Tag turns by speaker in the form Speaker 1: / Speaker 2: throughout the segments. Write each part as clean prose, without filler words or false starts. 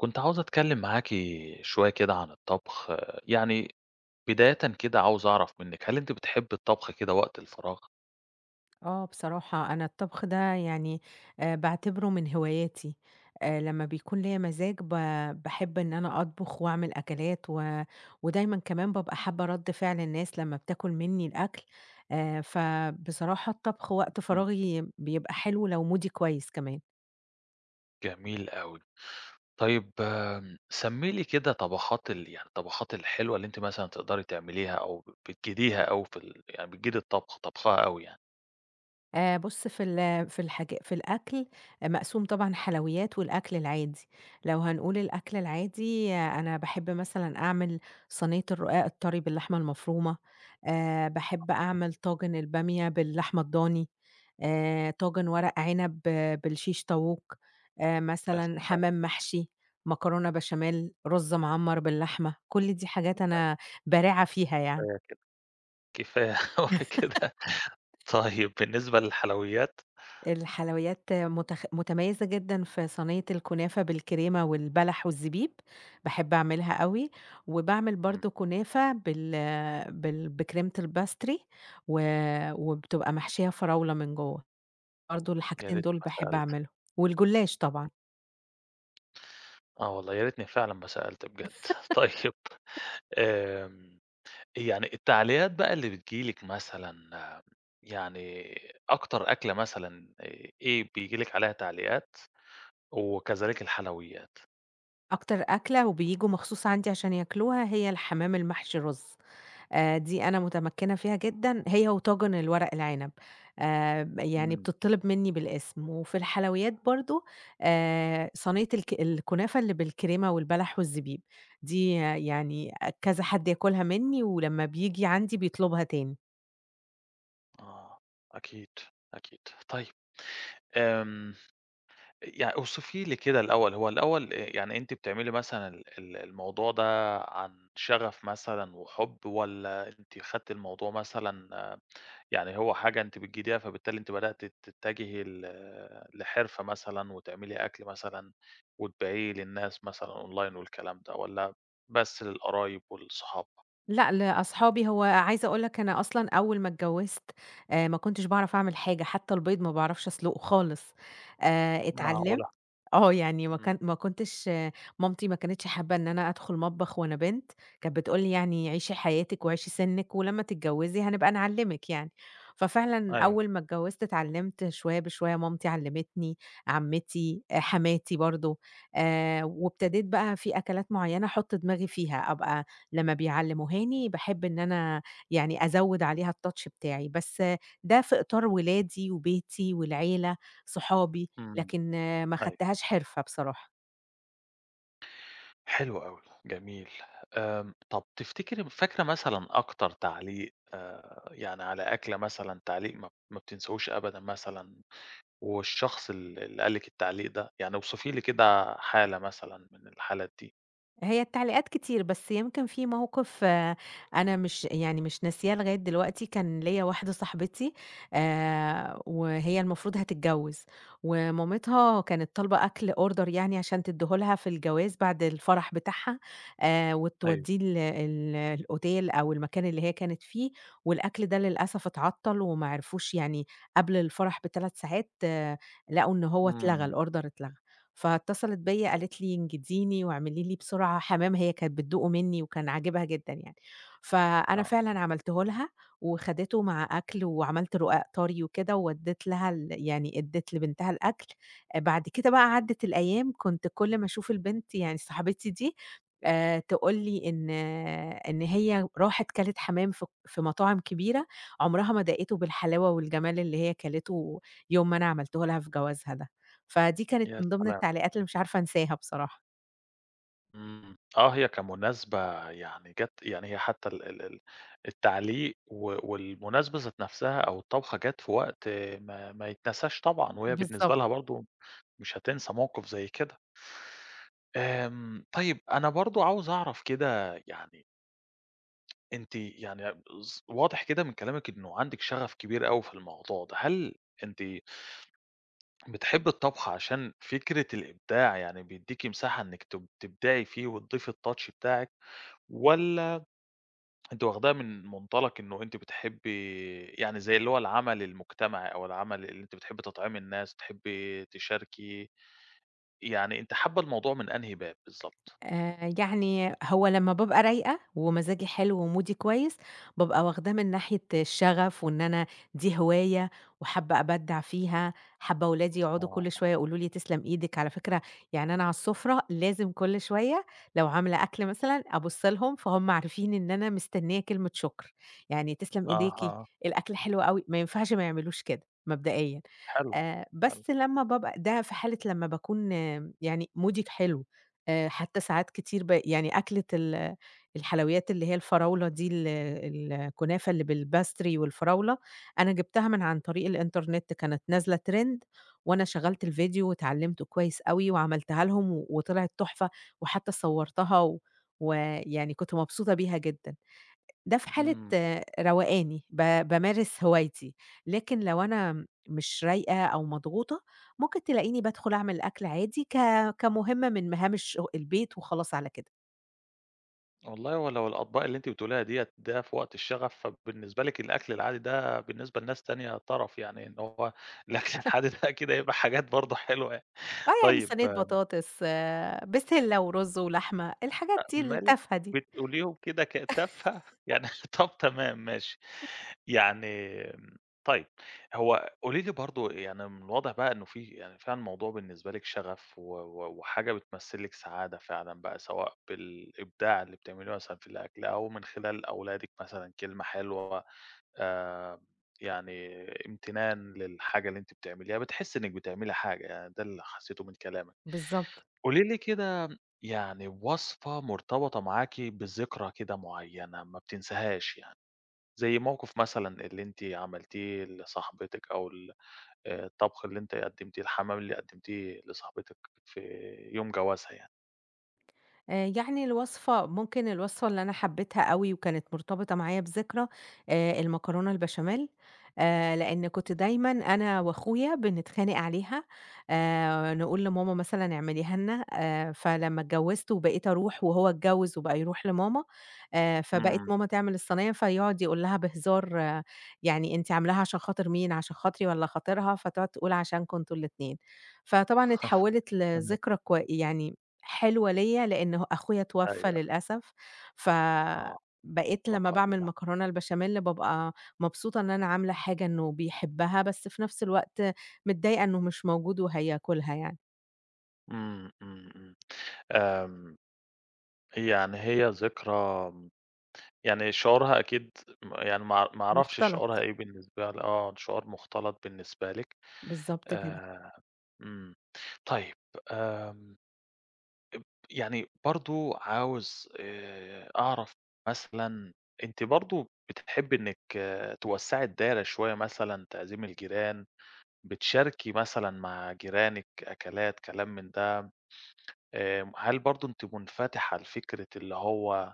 Speaker 1: كنت عاوز أتكلم معاكِ شوية كده عن الطبخ، يعني بدايةً كده عاوز أعرف منِّك هل أنتِ بتحبّي الطبخ كده وقت الفراغ؟
Speaker 2: آه، بصراحة أنا الطبخ ده يعني باعتبره من هواياتي، لمّا بيكون ليّا مزاج. باحب إن أنا أطبخ وأعمل أكلات، ودايمًا كمان بابقى حابة رَد فعل الناس لمّا بتاكل منّي الأكل، فبصراحة الطبخ وقت
Speaker 1: إمم.
Speaker 2: فراغي بيبقى حلو لو مودي كويس كمان.
Speaker 1: جميل أوي. طيب سمّي لي كده طبخات ال يعني الطبخات الحلوة اللي أنتِ مثلًا تقدري تعمليها أو بتجيديها أوي في ال يعني بتجيدي الطبخ، طبخها أوي يعني؟
Speaker 2: بُص في ال في الحاج في الأكل آه، مقسوم طبعًا حلويات والأكل العادي، لو هنقول الأكل العادي آه، أنا باحب مثلًا أعمل صينية الرقاق الطري باللحمة المفرومة، باحب أعمل طاجن البامية باللحمة الضاني، طاجن ورق عنب آه، بالشيش طاووق،
Speaker 1: يا
Speaker 2: مثلًا
Speaker 1: سلام!
Speaker 2: حمام محشي، مكرونة بشاميل، رز معمّر باللحمة، كل دي حاجات
Speaker 1: لأ،
Speaker 2: أنا بارعة فيها يعني.
Speaker 1: كفاية كده. كفاية أوي كده. طيب بالنسبة للحلويات؟
Speaker 2: الحلويات متميزة جدًا في صينية الكنافة بالكريمة والبلح والزبيب، باحب أعملها أوي، وباعمل
Speaker 1: إمم.
Speaker 2: برضه كنافة بال بال بكريمة الباستري و وبتبقى محشية فراولة من جوّه، برضه
Speaker 1: يا
Speaker 2: الحاجتين
Speaker 1: ريتني
Speaker 2: دول
Speaker 1: ما
Speaker 2: باحب
Speaker 1: سألت.
Speaker 2: أعملهم، والجلاش طبعًا.
Speaker 1: آه والله يا ريتني فعلًا ما سألت بجد. طيب، آمم يعني التعليقات بقى اللي بتيجي لِك مثلًا، آه، يعني أكتر أكلة مثلًا إيه بييجي لِك عليها تعليقات، وكذلك الحلويات؟
Speaker 2: أكتر أكلة وبييجوا مخصوص عندي عشان ياكلوها هي الحمام المحشي رز. دي أنا متمكنة فيها جدًا، هي وطاجن الورق العنب، يعني
Speaker 1: إمم.
Speaker 2: بتطلب مني بالاسم، وفي الحلويات برضه صينية الكنافة اللي بالكريمة والبلح والزبيب، دي آه، يعني كذا حد ياكلها مني، ولمّا بييجي عندي بيطلبها تاني.
Speaker 1: آه، أكيد، أكيد. طيب، آمم يعني اوصفي لي كده الأول، هو الأول يعني أنتِ بتعملي مثلًا ال ال الموضوع ده عن شغف مثلًا وحب، والّا أنتِ خدتِ الموضوع مثلًا يعني هو حاجة أنتِ بتجيديها، فبالتالي أنتِ بدأتِ تتجهي لحرفة مثلًا وتعملي أكل مثلًا وتبيعيه للناس مثلًا أونلاين والكلام ده، والّا بس للقرايب والصحاب؟
Speaker 2: لأ، لأصحابي هو عايزة أقول لك أنا أصلًا أول ما اتجوّزت ما كنتش باعرف أعمل حاجة، حتى البيض ما باعرفش أسلقه خالص، اتعلمت
Speaker 1: معقولة!
Speaker 2: آه، يعني
Speaker 1: إمم،
Speaker 2: ما كنتش مامتي ما كانتش حابة إن أنا أدخل مطبخ وأنا بنت، كانت بتقول لي يعني: "عيشي حياتِك وعيشي سِنِّك ولمّا تتجوّزي هنبقى نعلّمِك يعني." ففعلًا
Speaker 1: أيوه،
Speaker 2: أول ما اتجوّزت اتعلمت شوية بشوية، مامتي علّمتني، عمّتي، حماتي برضه، وابتديت بقى في أكلات معيّنة أحُط دماغي فيها، أبقى لمّا بيعلّموهاني باحب إن أنا يعني أزوّد عليها الtouch بتاعي، بس ده في إطار ولادي وبيتي والعيلة، صحابي،
Speaker 1: إمم،
Speaker 2: لكن ما
Speaker 1: أيوه،
Speaker 2: خدتهاش حرفة بصراحة.
Speaker 1: حلو أوي، جميل. آمم، طب تفتكري فاكرة مثلًا أكتر تعليق، على أكلة مثلًا تعليق ما بتنساهوش أبدًا مثلًا، والشخص اللي قال لِك التعليق ده، يعني اوصفي لي كده حالة مثلًا من الحالات دي؟
Speaker 2: هي التعليقات كتير، بس يمكن في موقف آه، أنا مش يعني مش ناسياه لغاية دلوقتي، كان ليّا واحدة صاحبتي وهي المفروض هتتجوّز، ومامتها كانت طالبة أكل order يعني عشان تدّيه لها في الجواز بعد الفرح بتاعها
Speaker 1: أيوه.
Speaker 2: وتودّيه ال ال الأوتيل أو المكان اللي هي كانت فيه. والأكل ده للأسف اتعطّل وما عرفوش يعني قبل الفرح ب3 ساعات آه، لقوا إن هو اتلغى
Speaker 1: إمم.
Speaker 2: الorder اتلغى. فاتصلت بيّا قالت لي: "انجديني واعملي لي بسرعة حمام." هي كانت بتدوقه منّي وكان عاجبها جدًا يعني. فأنا
Speaker 1: آه.
Speaker 2: فعلًا عملته لها وخدته مع أكل وعملت رقاق طري وكده وودّيت لها ال يعني ادّيت لبنتها الأكل. بعد كده بقى عدّت الأيام، كنت كل ما أشوف البنت يعني صاحبتي دي تقول لي إن هي راحت كلت حمام في مطاعم كبيرة، عمرها ما داقته بالحلاوة والجمال اللي هي كلته يوم ما أنا عملته لها في جوازها ده. فدي كانت
Speaker 1: يا
Speaker 2: من ضمن
Speaker 1: سلام!
Speaker 2: التعليقات اللي مش عارفة أنساها بصراحة.
Speaker 1: إمم، آه، هي كمناسبة يعني جات، يعني هي حتى ال ال ال التعليق والمناسبة ذات نفسها أو الطبخة جات في وقت ما يتنساش طبعًا، وهي بالنسبة
Speaker 2: بالضبط.
Speaker 1: لها برضه مش هتنسى موقف زي كده. آمم، طيب أنا برضه عاوز أعرف كده يعني أنتِ يعني واضح كده من كلامِك إنه عندِك شغف كبير أوي في الموضوع ده، هل أنتِ بتحبّي الطبخ عشان فكرة الإبداع، يعني بيدّيكِ مساحة إنِّك تبدعي فيه وتضيفي الtouch بتاعِك، والّا أنتِ واخداها من منطلق إنه أنتِ بتحبّي يعني زي اللي هو العمل المجتمعي، أو العمل اللي أنتِ بتحبّي تطعمي الناس، تحبّي تشاركي، يعني أنتِ حابّة الموضوع من أنهي باب بالضبط؟
Speaker 2: يعني هو لمّا بابقى رايقة ومزاجي حلو ومودي كويس، بابقى واخداه من ناحية الشغف وإن أنا دي هواية وحابة أبدّع فيها، حابة ولادي يقعدوا
Speaker 1: آه،
Speaker 2: كل شوية يقولوا لي تسلم إيدِك، على فكرة يعني أنا على السفرة لازم كل شوية لو عاملة أكل مثلًا أبُص لهم، فهُم عارفين إن أنا مستنية كلمة شكر، يعني تسلم إيديكِ،
Speaker 1: أها،
Speaker 2: الأكل حلو أوي، ما ينفعش ما يعملوش كده مبدئيًا.
Speaker 1: حلو، حلو.
Speaker 2: بس لمّا بابقى ده في حالة لمّا باكون يعني مودي حلو، حتى ساعات كتير يعني أكلة ال الحلويات اللي هي الفراولة دي ال الكنافة اللي بالباستري والفراولة، أنا جبتها من عن طريق الإنترنت كانت نازلة trend وأنا شغّلت الفيديو واتعلّمته كويس أوي وعملتها لهم وطلعت تحفة، وحتى صوّرتها، ويعني كنت مبسوطة بيها جدًا. ده في حالة
Speaker 1: إمم.
Speaker 2: آه، روقاني، بامارس هوايتي، لكن لو أنا مش رايقة أو مضغوطة، ممكن تلاقيني بادخل أعمل أكل عادي كمهمة من مهام البيت وخلاص على كده.
Speaker 1: والله هو لو الأطباق اللي أنتِ بتقوليها ديّة ده في وقت الشغف، فبالنسبة لِك الأكل العادي ده بالنسبة لناس تانية طرف يعني، إن هو الأكل العادي ده أكيد هيبقى حاجات برضه حلوة يعني.
Speaker 2: آه، يعني
Speaker 1: طيب
Speaker 2: صينية
Speaker 1: آه،
Speaker 2: بطاطس، آه، بسلة ورز ولحمة، الحاجات دي
Speaker 1: مالِك
Speaker 2: التافهة دي.
Speaker 1: بتقوليهم كده تافهة يعني. طب تمام ماشي. يعني، آمم، طيب هو قولي لي برضه، يعني من الواضح بقى إنه في يعني فعلًا الموضوع بالنسبة لِك شغف و و وحاجة بتمثّل لِك سعادة فعلًا بقى، سواء بالإبداع اللي بتعمليه مثلًا في الأكل أو من خلال أولادِك مثلًا كلمة حلوة، آآ يعني امتنان للحاجة اللي أنتِ بتعمليها، بتحسّي إنِّك بتعملي حاجة يعني، ده اللي حسّيته من كلامِك.
Speaker 2: بالضبط.
Speaker 1: قولي لي كده يعني وصفة مرتبطة معاكِ بذكرى كده معيّنة ما بتنساهاش يعني، زي موقف مثلًا اللي أنتِ عملتيه لصاحبتِك، أو ال الطبخ اللي أنتِ قدّمتيه، الحمام اللي قدّمتيه لصاحبتِك في يوم جوازها يعني.
Speaker 2: يعني الوصفة اللي أنا حبيتها أوي وكانت مرتبطة معايا بذكرى المكرونة البشاميل، لإن كنت دايمًا أنا وأخويا بنتخانق عليها، نقول لماما مثلًا اعمليها لنا، فلمّا اتجوزت وبقيت أروح وهو اتجوز وبقى يروح لماما، فبقت
Speaker 1: إمم،
Speaker 2: ماما تعمل الصينية فيقعد يقول لها بهزار آه، يعني أنتِ عاملاها عشان خاطر مين، عشان خاطري والّا خاطرها؟ فتقعد تقول عشانكم أنتم الاتنين. فطبعًا اتحولت
Speaker 1: فاهمِك،
Speaker 2: لذكرى يعني حلوة ليّا، لإن أخويا اتوفى
Speaker 1: أيوه،
Speaker 2: للأسف،
Speaker 1: آه،
Speaker 2: فبقيت لمّا
Speaker 1: المقال
Speaker 2: باعمل
Speaker 1: ده.
Speaker 2: مكرونة البشاميل بابقى مبسوطة إن أنا عاملة حاجة إنه بيحبها، بس في نفس الوقت متضايقة إنه مش موجود وهياكلها يعني،
Speaker 1: إمم، إمم، إمم. آمم، يعني هي ذكرى يعني شعورها أكيد، م يعني ما ما أعرفش
Speaker 2: مختلط،
Speaker 1: شعورها إيه بالنسبة ل، آه، شعور مختلط بالنسبة لِك.
Speaker 2: بالضبط كده.
Speaker 1: آآ إمم. طيب آمم، يعني برضه عاوز أعرف مثلًا، أنتِ برضه بتحبّي إنِّك آه، توسّعي الدايرة شوية مثلًا، تعزمي الجيران، بتشاركي مثلًا مع جيرانِك أكلات، كلام من ده، هل برضه أنتِ منفتحة لفكرة اللي هو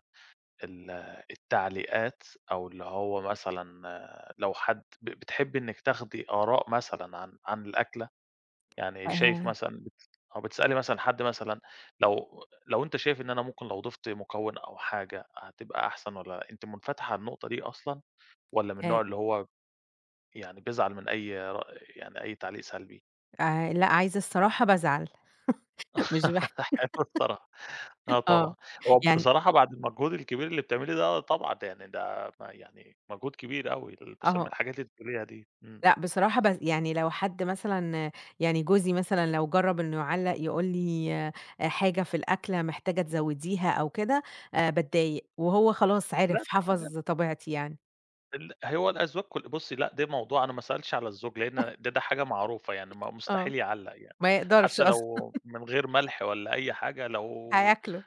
Speaker 1: ال التعليقات، أو اللي هو مثلًا آه، لو حد بتحبّي إنِّك تاخدي آراء مثلًا عن عن الأكلة؟ يعني
Speaker 2: آآ
Speaker 1: شايف مثلًا بت آه، بتسألي مثلًا حد مثلًا، لو أنت شايف إن أنا ممكن لو ضِفت مكوِّن أو حاجة هتبقى أحسن، والّا أنتِ مُنفتحة على النقطة دي أصلًا، والّا من
Speaker 2: آآ
Speaker 1: النوع اللي هو يعني بيزعل من أي رأ يعني أي تعليق سلبي؟
Speaker 2: لأ، عايزة الصراحة بازعل مش باح
Speaker 1: حلو الصراحة، آه
Speaker 2: آه،
Speaker 1: طبعًا. هو
Speaker 2: يعني
Speaker 1: بصراحة بعد المجهود الكبير اللي بتعمليه ده، طبعًا ده يعني ده ما يعني مجهود كبير أوي البُسم
Speaker 2: آه.
Speaker 1: الحاجات اللي بتقوليها دي، إمم.
Speaker 2: لأ، بصراحة بس يعني لو حد مثلًا يعني جوزي مثلًا لو جرّب إنه يعلّق يقول لي حاجة في الأكلة محتاجة تزوّديها أو كده، باتضايق، وهو خلاص عِرف،
Speaker 1: لأ دي حاجة،
Speaker 2: حَفظ طبيعتي يعني،
Speaker 1: هو الأذواق كل بُصّي، لأ ده موضوع أنا ما اسألش على الزوج لإن ده حاجة معروفة يعني، ما
Speaker 2: آه.
Speaker 1: مستحيل يعلّق يعني،
Speaker 2: ما يقدرش
Speaker 1: حتى
Speaker 2: أصلًا
Speaker 1: لو من غير ملح ولا أي حاجة لو
Speaker 2: هياكله.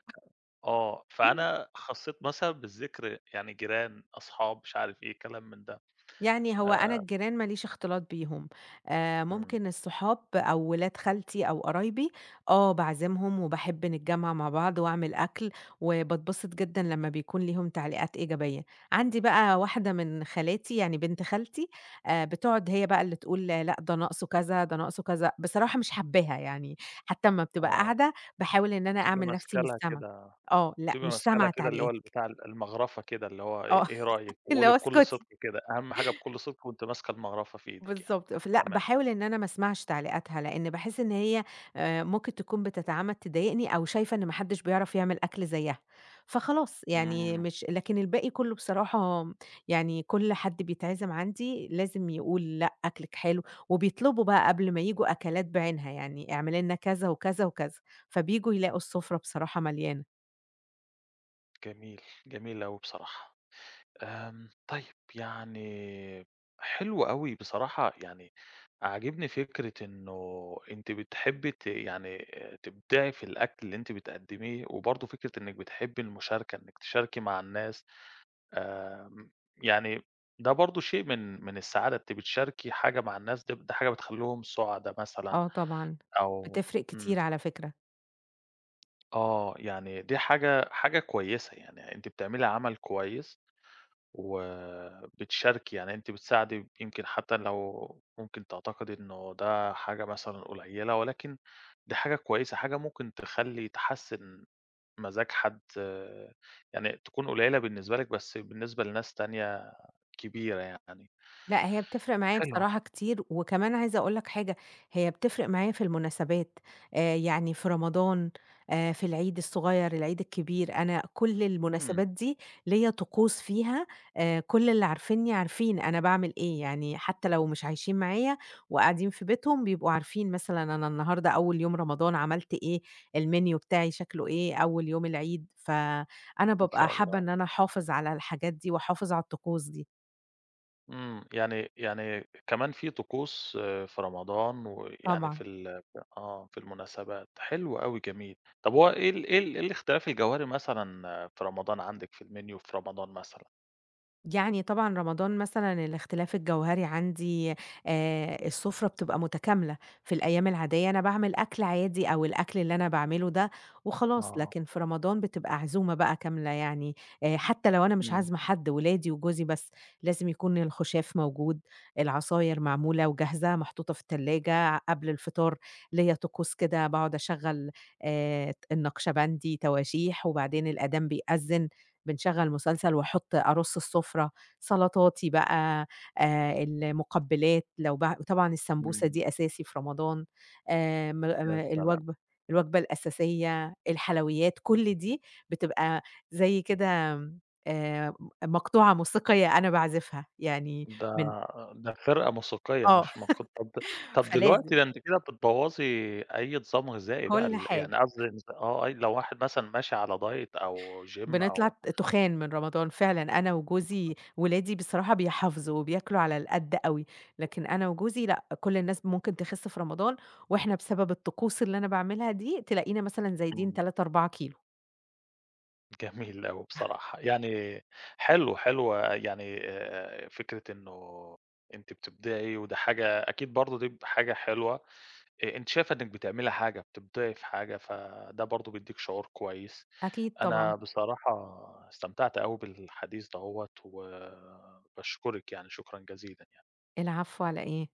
Speaker 1: آه. فأنا خصّيت مثلًا بالذكر يعني جيران، أصحاب، مش عارف إيه، كلام من ده.
Speaker 2: يعني هو أنا
Speaker 1: آآ
Speaker 2: الجيران ما ليش اختلاط بيهم،
Speaker 1: إمم،
Speaker 2: ممكن الصحاب أو ولاد خالتي أو قرايبي، آه باعزمهم وباحب نتجمّع مع بعض وأعمل أكل، وباتبسط جدًا لمّا بيكون ليهم تعليقات إيجابية. عندي بقى واحدة من خالاتي يعني بنت خالتي، بتقعد هي بقى اللي تقول لأ ده ناقصه كذا، ده ناقصه كذا، بصراحة مش حاباها يعني، حتى أمّا بتبقى
Speaker 1: آه.
Speaker 2: قاعدة باحاول إن أنا
Speaker 1: تبقي
Speaker 2: أعمل نفسي
Speaker 1: ماسكة
Speaker 2: مش
Speaker 1: لها
Speaker 2: سامعة.
Speaker 1: كده،
Speaker 2: آه، لأ
Speaker 1: تبقى
Speaker 2: مش
Speaker 1: ماسكة لها
Speaker 2: سامعة
Speaker 1: كده اللي هو
Speaker 2: تعليقاتِك،
Speaker 1: البتاع المَغرفة كده، اللي هو
Speaker 2: آه
Speaker 1: إيه إيه رأيِك؟
Speaker 2: اللي
Speaker 1: وقولي
Speaker 2: هو
Speaker 1: بكل
Speaker 2: اسكتي.
Speaker 1: صدق كده، أهم حاجة بكل صدق وأنتِ ماسكة المَغرفة في إيدِك يعني،
Speaker 2: بالضبط، لأ
Speaker 1: تمام.
Speaker 2: باحاول إن أنا ما اسمعش تعليقاتها، لإن باحس إن هي ممكن تكون بتتعمد تضايقني أو شايفة إن ما حدش بيعرف يعمل أكل زيها، فخلاص يعني
Speaker 1: إمم،
Speaker 2: مش لكن الباقي كله بصراحة يعني كل حد بيتعزم عندي لازم يقول لأ أكلِك حلو، وبيطلبوا بقى قبل ما ييجوا أكلات بعينها، يعني اعملي لنا كذا وكذا وكذا، فبييجوا يلاقوا السفرة بصراحة مليانة.
Speaker 1: جميل، جميل أوي بصراحة. آمم، طيب يعني حلو أوي بصراحة، يعني عاجبني فكرة إنه أنتِ بتحبي يعني تبدعي في الأكل اللي أنتِ بتقدّميه، وبرضه فكرة إنِّك بتحبي المشاركة، إنِّك تشاركي مع الناس. آمم، يعني ده برضه شيء من من السعادة، أنتِ بتشاركي حاجة مع الناس، دي ده حاجة بتخلّيهم سُعدا مثلًا
Speaker 2: آه طبعًا،
Speaker 1: أو
Speaker 2: بتفرق
Speaker 1: إمم،
Speaker 2: كتير على فكرة.
Speaker 1: آه، يعني دي حاجة كويسة، يعني أنتِ بتعملي عمل كويس وبتشاركي، يعني أنتِ بتساعدي، يمكن حتى لو ممكن تعتقدي إنه ده حاجة مثلًا قليلة، ولكن دي حاجة كويسة، حاجة ممكن تخلّي تحسّن مزاج حد، آه، يعني تكون قليلة بالنسبة لِك، بس بالنسبة لناس تانية كبيرة يعني.
Speaker 2: لأ، هي بتفرق معايا
Speaker 1: حلو.
Speaker 2: بصراحة كتير، وكمان عايزة أقول لك حاجة، هي بتفرق معايا في المناسبات، يعني في رمضان، في العيد الصغير، العيد الكبير، أنا كل
Speaker 1: إمم،
Speaker 2: المناسبات دي ليّا طقوس فيها، كل اللي عارفينّي عارفين أنا باعمل إيه، يعني حتى لو مش عايشين معايا وقاعدين في بيتهم بيبقوا عارفين مثلًا أنا النهارده أول يوم رمضان عملت إيه، الmenu بتاعي شكله إيه، أول يوم العيد، فأنا
Speaker 1: ما
Speaker 2: بابقى
Speaker 1: شاء
Speaker 2: حابة
Speaker 1: الله.
Speaker 2: إن أنا أحافظ على الحاجات دي وأحافظ على الطقوس دي،
Speaker 1: إمم، يعني يعني كمان في طقوس آه، في رمضان، ويعني في
Speaker 2: طبعًا.
Speaker 1: ال ف آه، في المناسبات، حلو أوي، جميل. طب هو إيه الاختلاف الجوهري مثلًا آه، في رمضان عندِك في المنيو في رمضان مثلًا؟
Speaker 2: يعني طبعًا رمضان مثلًا الاختلاف الجوهري عندي السفرة بتبقى متكاملة، في الأيام العادية أنا باعمل أكل عادي أو الأكل اللي أنا باعمله ده وخلاص،
Speaker 1: آه،
Speaker 2: لكن في رمضان بتبقى عزومة بقى كاملة يعني حتى لو أنا مش
Speaker 1: إمم،
Speaker 2: عازمة حد ولادي وجوزي بس، لازم يكون الخُشاف موجود، العصاير معمولة وجاهزة محطوطة في التلاجة، قبل الفطار ليّا طقوس كده باقعد أشغّل النقشبندي، تواشيح، وبعدين الأذان بيأذن، بنشغّل مسلسل وأحُط أرُص السُفرة، سلطاتي بقى، المُقبّلات لو باع وطبعًا السمبوسة
Speaker 1: إمم،
Speaker 2: دي أساسي في رمضان، م م
Speaker 1: يا سلام!
Speaker 2: الوجبة الوجبة الأساسية، الحلويات، كل دي بتبقى زي كده آآ مقطوعة موسيقية أنا باعزفها، يعني
Speaker 1: ده
Speaker 2: من
Speaker 1: ده خرقة موسيقية
Speaker 2: آه،
Speaker 1: مش مقو طب. طب دلوقتي
Speaker 2: فلازم
Speaker 1: ده أنتِ كده بتبوظي أي نظام غذائي بقى
Speaker 2: كل
Speaker 1: ال يعني
Speaker 2: حاجة.
Speaker 1: قصدي نظ آه، أي لو واحد مثلًا ماشي على diet أو gym
Speaker 2: بنطلع
Speaker 1: أو
Speaker 2: تخان من رمضان فعلًا، أنا وجوزي ولادي بصراحة بيحافظوا وبياكلوا على القد أوي، لكن أنا وجوزي لأ، كل الناس ممكن تخس في رمضان، وإحنا بسبب الطقوس اللي أنا باعملها دي تلاقينا مثلًا زايدين
Speaker 1: إمم.
Speaker 2: 3، 4 كيلو.
Speaker 1: جميل أوي بصراحة، يعني حلو، حلوة يعني فكرة إنه أنتِ بتبدعي وده حاجة أكيد برضه دي حاجة حلوة، أنتِ شايفة إنِّك بتعملي حاجة، بتبدعي في حاجة، فده برضه بيديك شعور كويس.
Speaker 2: أكيد
Speaker 1: أنا
Speaker 2: طبعًا،
Speaker 1: بصراحة استمتعت أوي بالحديث دوّة، وباشكرِك يعني شكرًا جزيلًا يعني.
Speaker 2: العفو على إيه؟